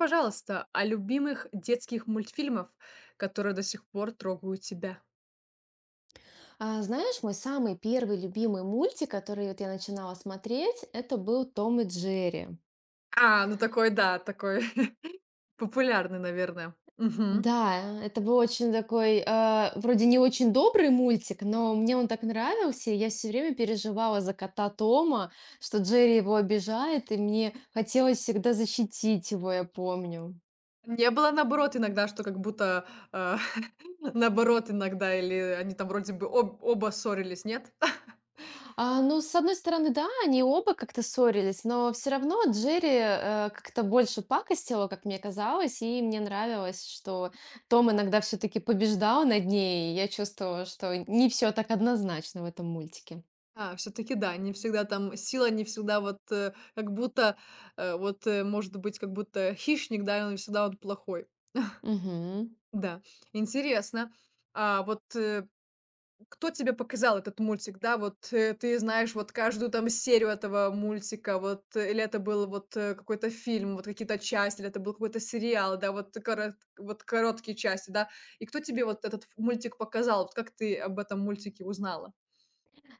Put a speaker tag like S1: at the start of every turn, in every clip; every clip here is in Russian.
S1: Пожалуйста, о любимых детских мультфильмов, которые до сих пор трогают тебя.
S2: Знаешь, мой самый первый любимый мультик, который вот я начинала смотреть, это был «Том и Джерри».
S1: А, ну такой, да, такой популярный, наверное. Мгм.
S2: Да, это был очень такой, вроде не очень добрый мультик, но мне он так нравился, и я все время переживала за кота Тома, что Джерри его обижает, и мне хотелось всегда защитить его, я помню.
S1: Не было наоборот иногда, что как будто, наоборот иногда, или они там вроде бы об оба ссорились, нет?
S2: А, ну, с одной стороны, да, они оба как-то ссорились, но все равно Джерри как-то больше пакостила, как мне казалось, и мне нравилось, что Том иногда все-таки побеждал над ней, и я чувствовала, что не все так однозначно в этом мультике.
S1: А, все таки да, не всегда там сила, не всегда вот, как будто, вот, может быть, как будто хищник, да, и он всегда он плохой.
S2: Мгм.
S1: Да, интересно. А вот, кто тебе показал этот мультик? Да, вот, ты знаешь вот каждую там серию этого мультика, вот, или это был вот, какой-то фильм, вот какие-то части, или это был какой-то сериал, да, вот корот вот короткие части, да. И кто тебе вот этот ф мультик показал? Вот как ты об этом мультике узнала?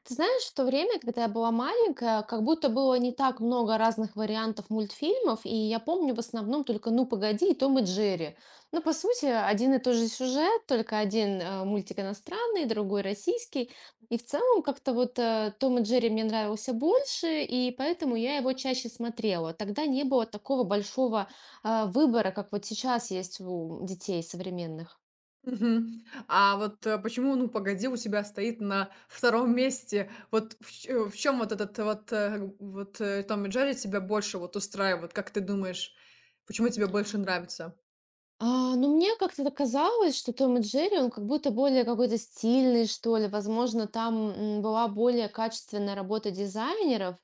S2: Ты знаешь, в то время, когда я была маленькая, как будто было не так много разных вариантов мультфильмов, и я помню в основном только «Ну, погоди» и «Том и Джерри». Ну, по сути, один и тот же сюжет, только один мультик иностранный, другой российский. И в целом как-то вот «Том и Джерри» мне нравился больше, и поэтому я его чаще смотрела. Тогда не было такого большого выбора, как вот сейчас есть у детей современных.
S1: Мгм. А вот, почему "Ну, погоди" у тебя стоит на втором месте? Вот в чем вот этот "Том и Джерри" тебя больше вот устраивает? Как ты думаешь, почему тебе больше нравится?
S2: А, ну, мне как-то казалось, что «Том и Джерри», он как будто более какой-то стильный, что ли. Возможно, там, была более качественная работа дизайнеров.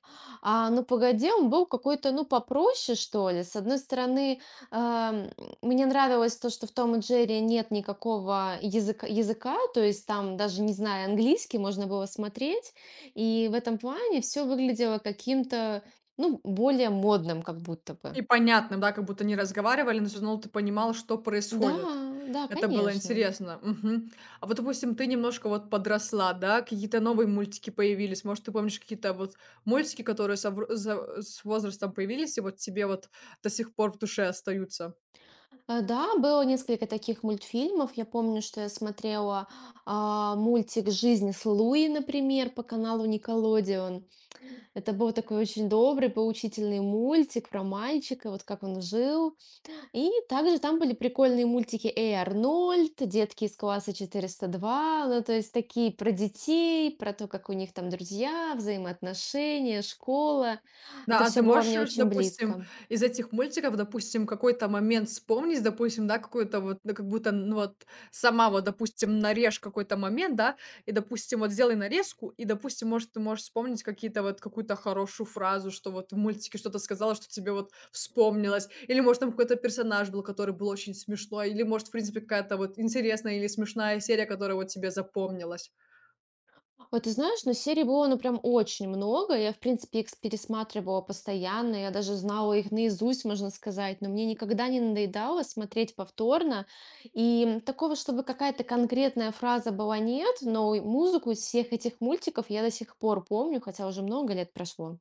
S2: А «Ну, погоди», он был какой-то, ну, попроще, что ли. С одной стороны, эм, мне нравилось то, что в «Том и Джерри» нет никакого языка, то есть там, даже не знаю, английский, можно было смотреть. И в этом плане все выглядело каким-то, ну, более модным как будто бы.
S1: И понятно, да, как будто они разговаривали, но всё равно ты понимал, что
S2: Да,
S1: происходит.
S2: да,
S1: Это было
S2: конечно.
S1: интересно. Мгм. А вот, допустим, ты немножко вот подросла, да, какие-то новые мультики появились. Может, ты помнишь какие-то вот мультики, которые со вр за с возрастом появились и вот тебе вот до сих пор в душе остаются?
S2: Да, было несколько таких мультфильмов. Я помню, что я смотрела мультик «Жизнь с Луи», например, по каналу Никелодеон. Это был такой очень добрый, поучительный мультик про мальчика, вот как он жил. И также там были прикольные мультики «Эй, Арнольд», «Детки из класса 402», ну, то есть такие про детей, про то, как у них там друзья, взаимоотношения, школа. Это
S1: Да, а ты
S2: все было мне
S1: можешь,
S2: очень
S1: допустим,
S2: близко.
S1: из этих мультиков, допустим, какой-то момент вспомнить, допустим, да, какой-то вот, ну, как будто, ну, вот сама вот, допустим, нарежь какой-то момент, да, и, допустим, вот сделай нарезку, и, допустим, может, ты можешь вспомнить какие-то вот какую-то хорошую фразу, что вот в мультике что-то сказала, что тебе вот вспомнилось, или, может, там какой-то персонаж был, который был очень смешной, или, может, в принципе, какая-то вот интересная или смешная серия, которая вот тебе запомнилась.
S2: Ой, ты знаешь, но серий было, ну, прям очень много. Я, в принципе, пересматривала постоянно. Я даже знала их наизусть, можно сказать. Но мне никогда не надоедало смотреть повторно. И такого, чтобы какая-то конкретная фраза была, нет. Но и музыку из всех этих мультиков я до сих пор помню, хотя уже много лет прошло.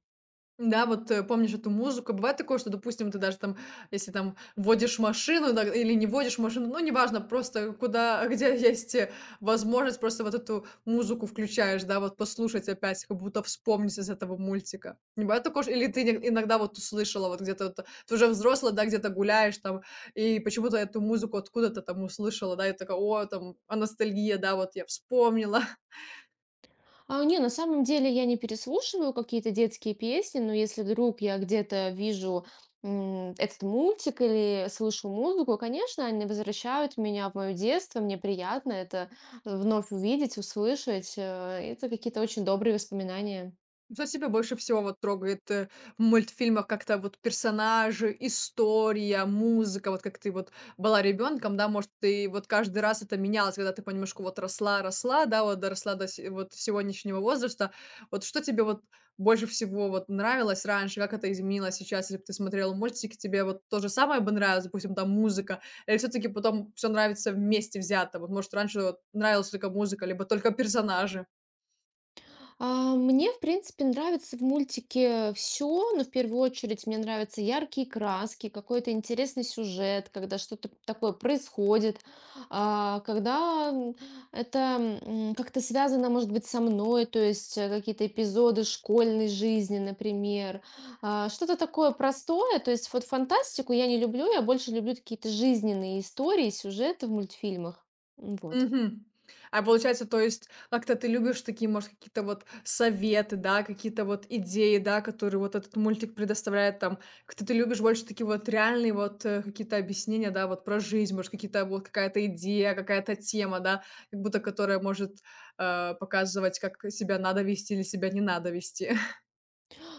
S1: Да, вот, помнишь эту музыку. Бывает такое, что, допустим, ты даже там, если там водишь машину, да, или не водишь машину, ну, неважно, просто куда, где есть, возможность, просто вот эту музыку включаешь, да, вот послушать опять, как будто вспомнить из этого мультика. Не бывает такое, ш или ты ин иногда вот услышала, вот где-то вот, ты уже взрослая, да, где-то гуляешь там, и почему-то эту музыку откуда-то там услышала, да, и такая: "О, там, а ностальгия, да, вот я вспомнила".
S2: А, не, на самом деле я не переслушиваю какие-то детские песни, но если вдруг я где-то вижу этот мультик или слышу музыку, конечно, они возвращают меня в мое детство, мне приятно это вновь увидеть, услышать. Это какие-то очень добрые воспоминания.
S1: Что тебя больше всего вот трогает, в мультфильмах? Как-то вот персонажи, история, музыка? Вот как ты вот была ребенком, да, может, ты вот каждый раз это менялось, когда ты понемножку вот росла, да, вот доросла до се вот сегодняшнего возраста. Вот что тебе вот больше всего вот нравилось раньше? Как это изменилось сейчас? Если б ты смотрела мультики, тебе вот то же самое бы нравилось, допустим, там музыка? Или все таки потом все нравится вместе взято? Вот, может, раньше вот нравилась только музыка, либо только персонажи?
S2: Мне, в принципе, нравится в мультике все, но в первую очередь мне нравятся яркие краски, какой-то интересный сюжет, когда что-то такое происходит, а, когда м, это м, как-то связано, может быть, со мной, то есть какие-то эпизоды школьной жизни, например. Что-то такое простое, то есть вот фантастику я не люблю, я больше люблю какие-то жизненные истории, сюжеты в мультфильмах. Вот.
S1: Мгм. А получается, то есть как-то ты любишь такие, может, какие-то вот советы, да, какие-то вот идеи, да, которые вот этот мультик предоставляет там. Как-то ты любишь больше такие вот реальные вот какие-то объяснения, да, вот про жизнь, может, какие-то вот какая-то идея, какая-то тема, да, как будто которая может показывать, как себя надо вести или себя не надо вести.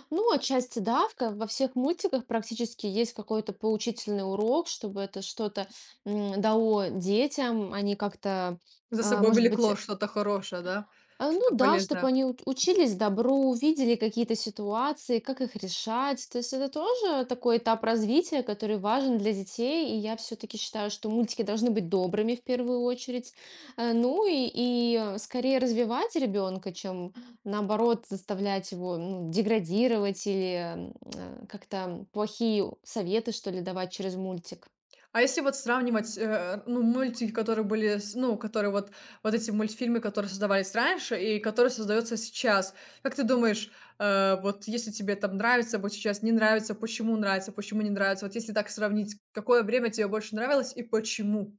S2: Ну, отчасти да, во всех мультиках практически есть какой-то поучительный урок, чтобы это что-то дало детям, они как-то,
S1: За
S2: а,
S1: собой
S2: может быть,
S1: влекло что-то хорошее, да,
S2: ну
S1: что-то
S2: да, чтобы
S1: полезное.
S2: они учились добру, видели какие-то ситуации, как их решать. То есть это тоже такой этап развития, который важен для детей. И я все-таки считаю, что мультики должны быть добрыми в первую очередь. Ну и скорее развивать ребенка, чем наоборот заставлять его ну, деградировать или как-то плохие советы, что ли, давать через мультик.
S1: А если вот сравнивать, ну, мультики, которые были, с ну, которые вот эти мультфильмы, которые создавались раньше и которые создаются сейчас. Как ты думаешь, вот если тебе там нравится вот сейчас, не нравится, почему нравится, почему не нравится? Вот если так сравнить, какое время тебе больше нравилось и почему?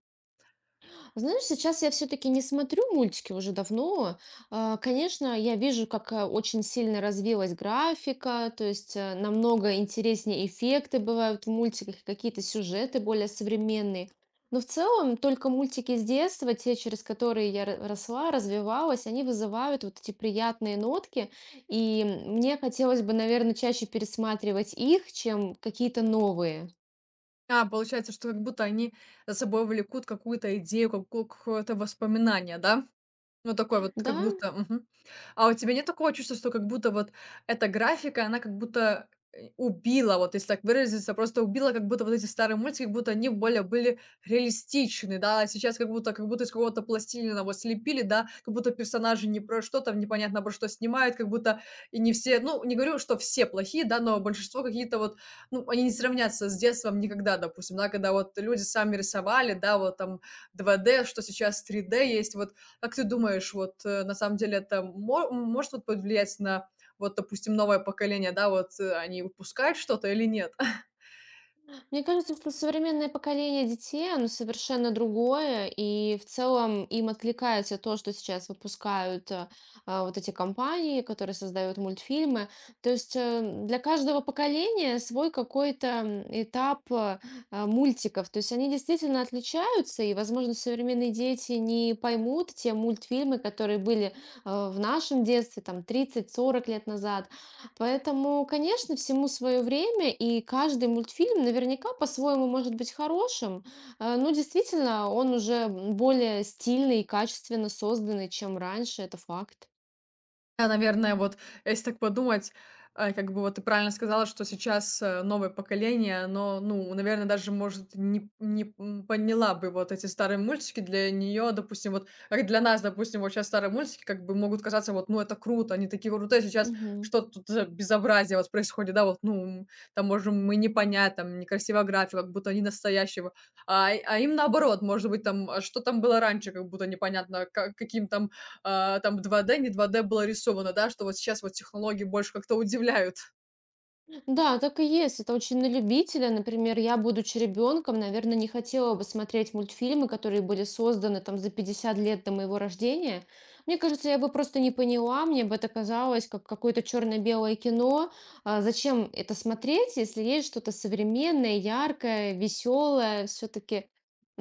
S2: Знаешь, сейчас я все-таки не смотрю мультики уже давно. Конечно, я вижу, как очень сильно развилась графика, то есть намного интереснее эффекты бывают в мультиках, какие-то сюжеты более современные. Но в целом только мультики с детства, те, через которые я росла, развивалась, они вызывают вот эти приятные нотки. И мне хотелось бы, наверное, чаще пересматривать их, чем какие-то новые.
S1: А, получается, что как будто они за собой влекут какую-то идею, какое-то воспоминание, да? Ну, такой вот,
S2: Да,
S1: как будто мгм. А у тебя нет такого чувства, что как будто вот эта графика, она как будто, убила, вот если так выразиться, просто убила, как будто вот эти старые мультики, как будто они более были реалистичны, да, а сейчас как будто из какого-то пластилина вот слепили, да, как будто персонажи не про что там, непонятно про что снимают, как будто и не все ну, не говорю, что все плохие, да, но большинство какие-то вот, ну, они не сравнятся с детством никогда, допустим, да, когда вот люди сами рисовали, да, вот там 2D, что сейчас 3D есть, вот как ты думаешь, вот, на самом деле это мо может вот повлиять на, вот, допустим, новое поколение, да, вот, они выпускают что-то или нет?
S2: мне кажется, что современное поколение детей, оно совершенно другое, и в целом им откликается то, что сейчас выпускают вот эти компании, которые создают мультфильмы. То есть для каждого поколения свой какой-то этап мультиков. То есть они действительно отличаются, и, возможно, современные дети не поймут те мультфильмы, которые были в нашем детстве, там, 30–40 лет назад. Поэтому, конечно, всему свое время, и каждый мультфильм наверняка по-своему может быть хорошим, но действительно он уже более стильный и качественно созданный, чем раньше, это факт.
S1: Да, наверное, вот если так подумать, как бы вот ты правильно сказала, что сейчас новое поколение, оно, ну, наверное, даже, может, не, не м, поняла бы вот эти старые мультики для нее, допустим, вот как для нас, допустим, вот сейчас старые мультики как бы могут казаться вот, ну, это круто, они такие крутые, сейчас
S2: Мгм.
S1: что тут за безобразие вот происходит, да, вот, ну, там, можем мы не понять, там, некрасивая графика, как будто они настоящего, а им наоборот, может быть, там, а что там было раньше, как будто непонятно, каким там там 2D, не 2D было рисовано, да, что вот сейчас вот технологии больше как-то удивляют.
S2: Да, так и есть. Это очень на любителя. Например, я, будучи ребенком, наверное, не хотела бы смотреть мультфильмы, которые были созданы там за 50 лет до моего рождения. Мне кажется, я бы просто не поняла, мне бы это казалось как какое-то черно-белое кино. А зачем это смотреть, если есть что-то современное, яркое, веселое? Все-таки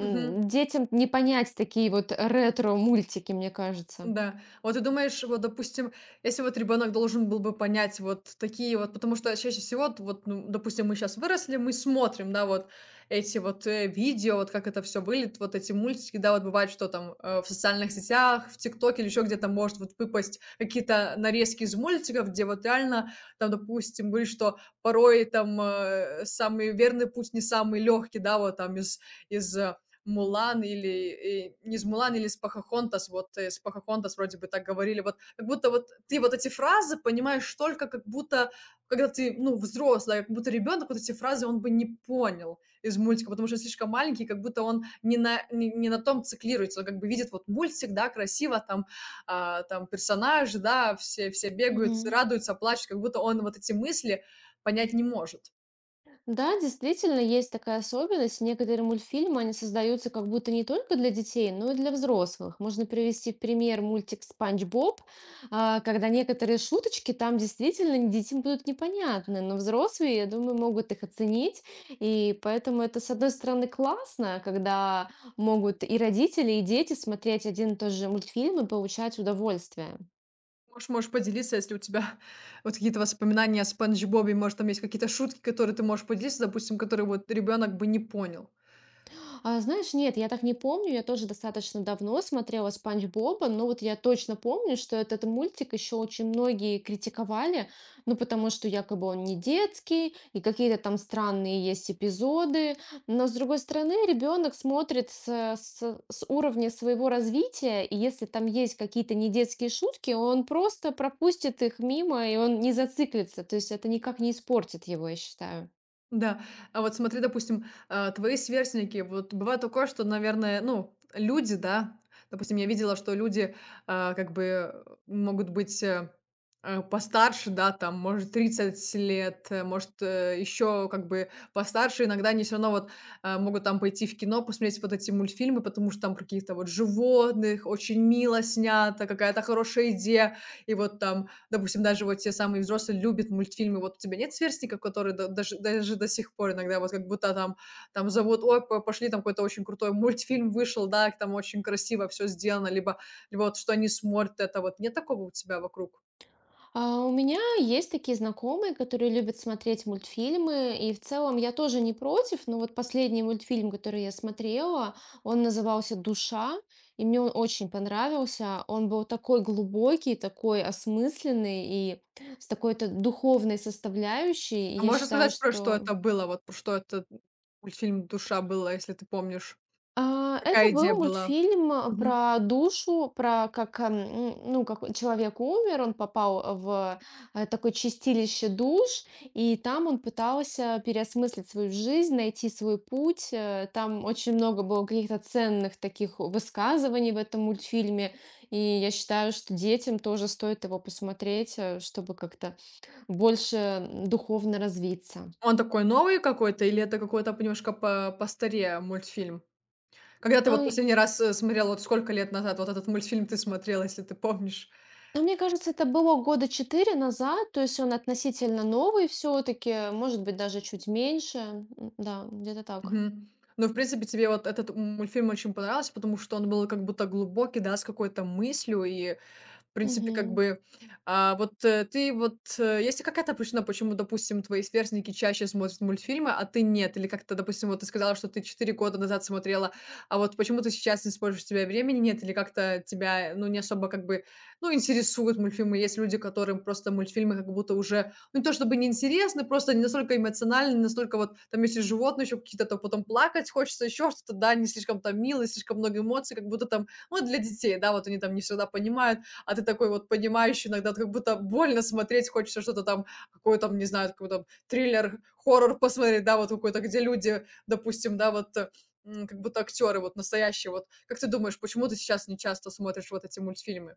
S1: Мгм.
S2: не понять такие вот ретро-мультики, мне кажется.
S1: Да. Вот ты думаешь, вот, допустим, если вот ребенок должен был бы понять вот такие вот, потому что чаще всего, вот, ну, допустим, мы сейчас выросли, мы смотрим, да, вот эти вот видео, вот как это все выглядит, вот эти мультики, да, вот бывает, что там в социальных сетях, в ТикТоке или еще где-то может вот выпасть какие-то нарезки из мультиков, где вот реально там, допустим, были, что порой там самый верный путь не самый легкий, да, вот там из э, Мулан или, не из "Мулан" или из "Покахонтас". Вот из "Покахонтас" вроде бы так говорили. Вот как будто вот ты вот эти фразы понимаешь только как будто, когда ты, ну, взрослый, а как будто ребенок вот эти фразы он бы не понял из мультика, потому что слишком маленький, как будто он не на том циклируется. Он как бы видит вот мультик, да, красиво там, там персонаж да, все бегают, радуются, плачут, как будто он вот эти мысли понять не может.
S2: Да, действительно, есть такая особенность. Некоторые мультфильмы, они создаются как будто не только для детей, но и для взрослых. Можно привести в пример мультик «Спанч Боб», когда некоторые шуточки там действительно детям будут непонятны, но взрослые, я думаю, могут их оценить. И поэтому это, с одной стороны, классно, когда могут и родители, и дети смотреть один и тот же мультфильм и получать удовольствие.
S1: Можешь поделиться, если у тебя вот какие-то воспоминания о "Спанч Бобе". Может, там есть какие-то шутки, которые ты можешь поделиться, допустим, которые вот ребенок бы не понял?
S2: А, знаешь, нет, я так не помню. Я тоже достаточно давно смотрела «Спанч Боба», но вот я точно помню, что этот мультик еще очень многие критиковали, ну, потому что якобы он не детский, и какие-то там странные есть эпизоды. Но, с другой стороны, ребенок смотрит с уровня своего развития, и если там есть какие-то недетские шутки, он просто пропустит их мимо, и он не зациклится. То есть это никак не испортит его, я считаю.
S1: Да. А вот смотри, допустим, твои сверстники, вот бывает такое, что, наверное, ну, люди, да, допустим, я видела, что люди, как бы могут быть, постарше, да, там, может, 30 лет, может, еще как бы постарше. Иногда они все равно вот могут там пойти в кино, посмотреть вот эти мультфильмы, потому что там про каких-то вот животных очень мило снято, какая-то хорошая идея. И вот там допустим, даже вот те самые взрослые любят мультфильмы. Вот у тебя нет сверстников, которые даже до сих пор иногда вот как будто там, там зовут, ой, пошли, там какой-то очень крутой мультфильм вышел, да, там очень красиво все сделано, либо вот что они смотрят, это вот нет такого у тебя вокруг?
S2: У меня есть такие знакомые, которые любят смотреть мультфильмы, и в целом я тоже не против, но вот последний мультфильм, который я смотрела, он назывался «Душа», и мне он очень понравился. Он был такой глубокий, такой осмысленный и с такой-то духовной составляющей. И
S1: А
S2: я
S1: можешь
S2: считаю,
S1: сказать про что
S2: что…
S1: это было, вот про что это мультфильм «Душа» было, если ты помнишь?
S2: Это
S1: Какая
S2: был
S1: идея была?
S2: мультфильм,
S1: Мгм.
S2: про душу, про как, ну, как человек умер, он попал в… Такое чистилище душ, и там он пытался переосмыслить свою жизнь, найти свой путь. Там очень много было каких-то ценных таких высказываний в этом мультфильме, и я считаю, что детям тоже стоит его посмотреть, чтобы как-то больше, духовно развиться.
S1: Он такой новый какой-то или это какой-то немножко по постарее мультфильм? Когда ты вот
S2: А,
S1: последний раз, смотрела, вот сколько лет назад вот этот мультфильм ты смотрел если ты помнишь?
S2: Ну, мне кажется, это было года 4 назад, то есть он относительно новый все-таки, может быть, даже чуть меньше. Да, где-то так.
S1: Мгм. Ну, в принципе, тебе вот этот мультфильм очень понравился, потому что он был как будто глубокий, да, с какой-то мыслью и, в принципе, как
S2: Мгм.
S1: бы, вот, ты вот, есть ли какая-то причина, почему, допустим, твои сверстники чаще смотрят мультфильмы, а ты нет? Или как-то, допустим, вот ты сказала, что ты 4 года назад смотрела, а вот почему ты сейчас не используешь, у тебя времени нет? Или как-то тебя, ну, не особо как бы, ну, интересуют мультфильмы? Есть люди, которым просто мультфильмы как будто уже, ну, не то чтобы не интересны просто не настолько эмоциональны, не настолько вот, там, если животные еще какие-то, то потом плакать хочется, еще что-то, да, не слишком там мило, слишком много эмоций, как будто там, ну, для детей, да, вот они там не всегда понимают, а ты такой вот понимающий иногда, как будто больно смотреть, хочется что-то там, какой там, не знаю, какой там триллер, хоррор посмотреть, да, вот какой-то, где люди, допустим, да, как будто актеры вот настоящие. Вот как ты думаешь, почему ты сейчас не часто смотришь вот эти мультфильмы?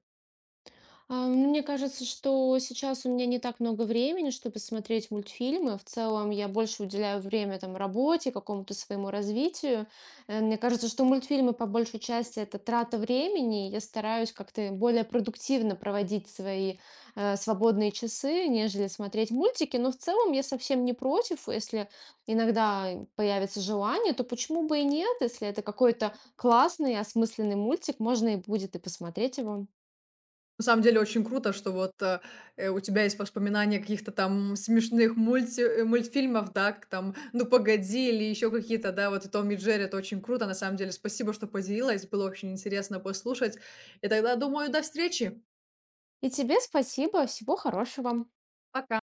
S2: Мне кажется, что сейчас у меня не так много времени, чтобы смотреть мультфильмы. В целом я больше уделяю время там работе, какому-то своему развитию. Мне кажется, что мультфильмы по большей части это трата времени. Я стараюсь как-то более продуктивно проводить свои свободные часы, нежели смотреть мультики. Но в целом я совсем не против, если иногда появится желание, то почему бы и нет, если это какой-то классный, осмысленный мультик, можно и будет и посмотреть его.
S1: На самом деле очень круто, что вот у тебя есть воспоминания каких-то там смешных мультфильмов, да, как там «Ну погоди» или еще какие-то, да, вот и «Том и Джерри», это очень круто, на самом деле. Спасибо, что поделилась, было очень интересно послушать. И тогда, думаю, до встречи!
S2: И тебе спасибо, всего хорошего.
S1: Пока.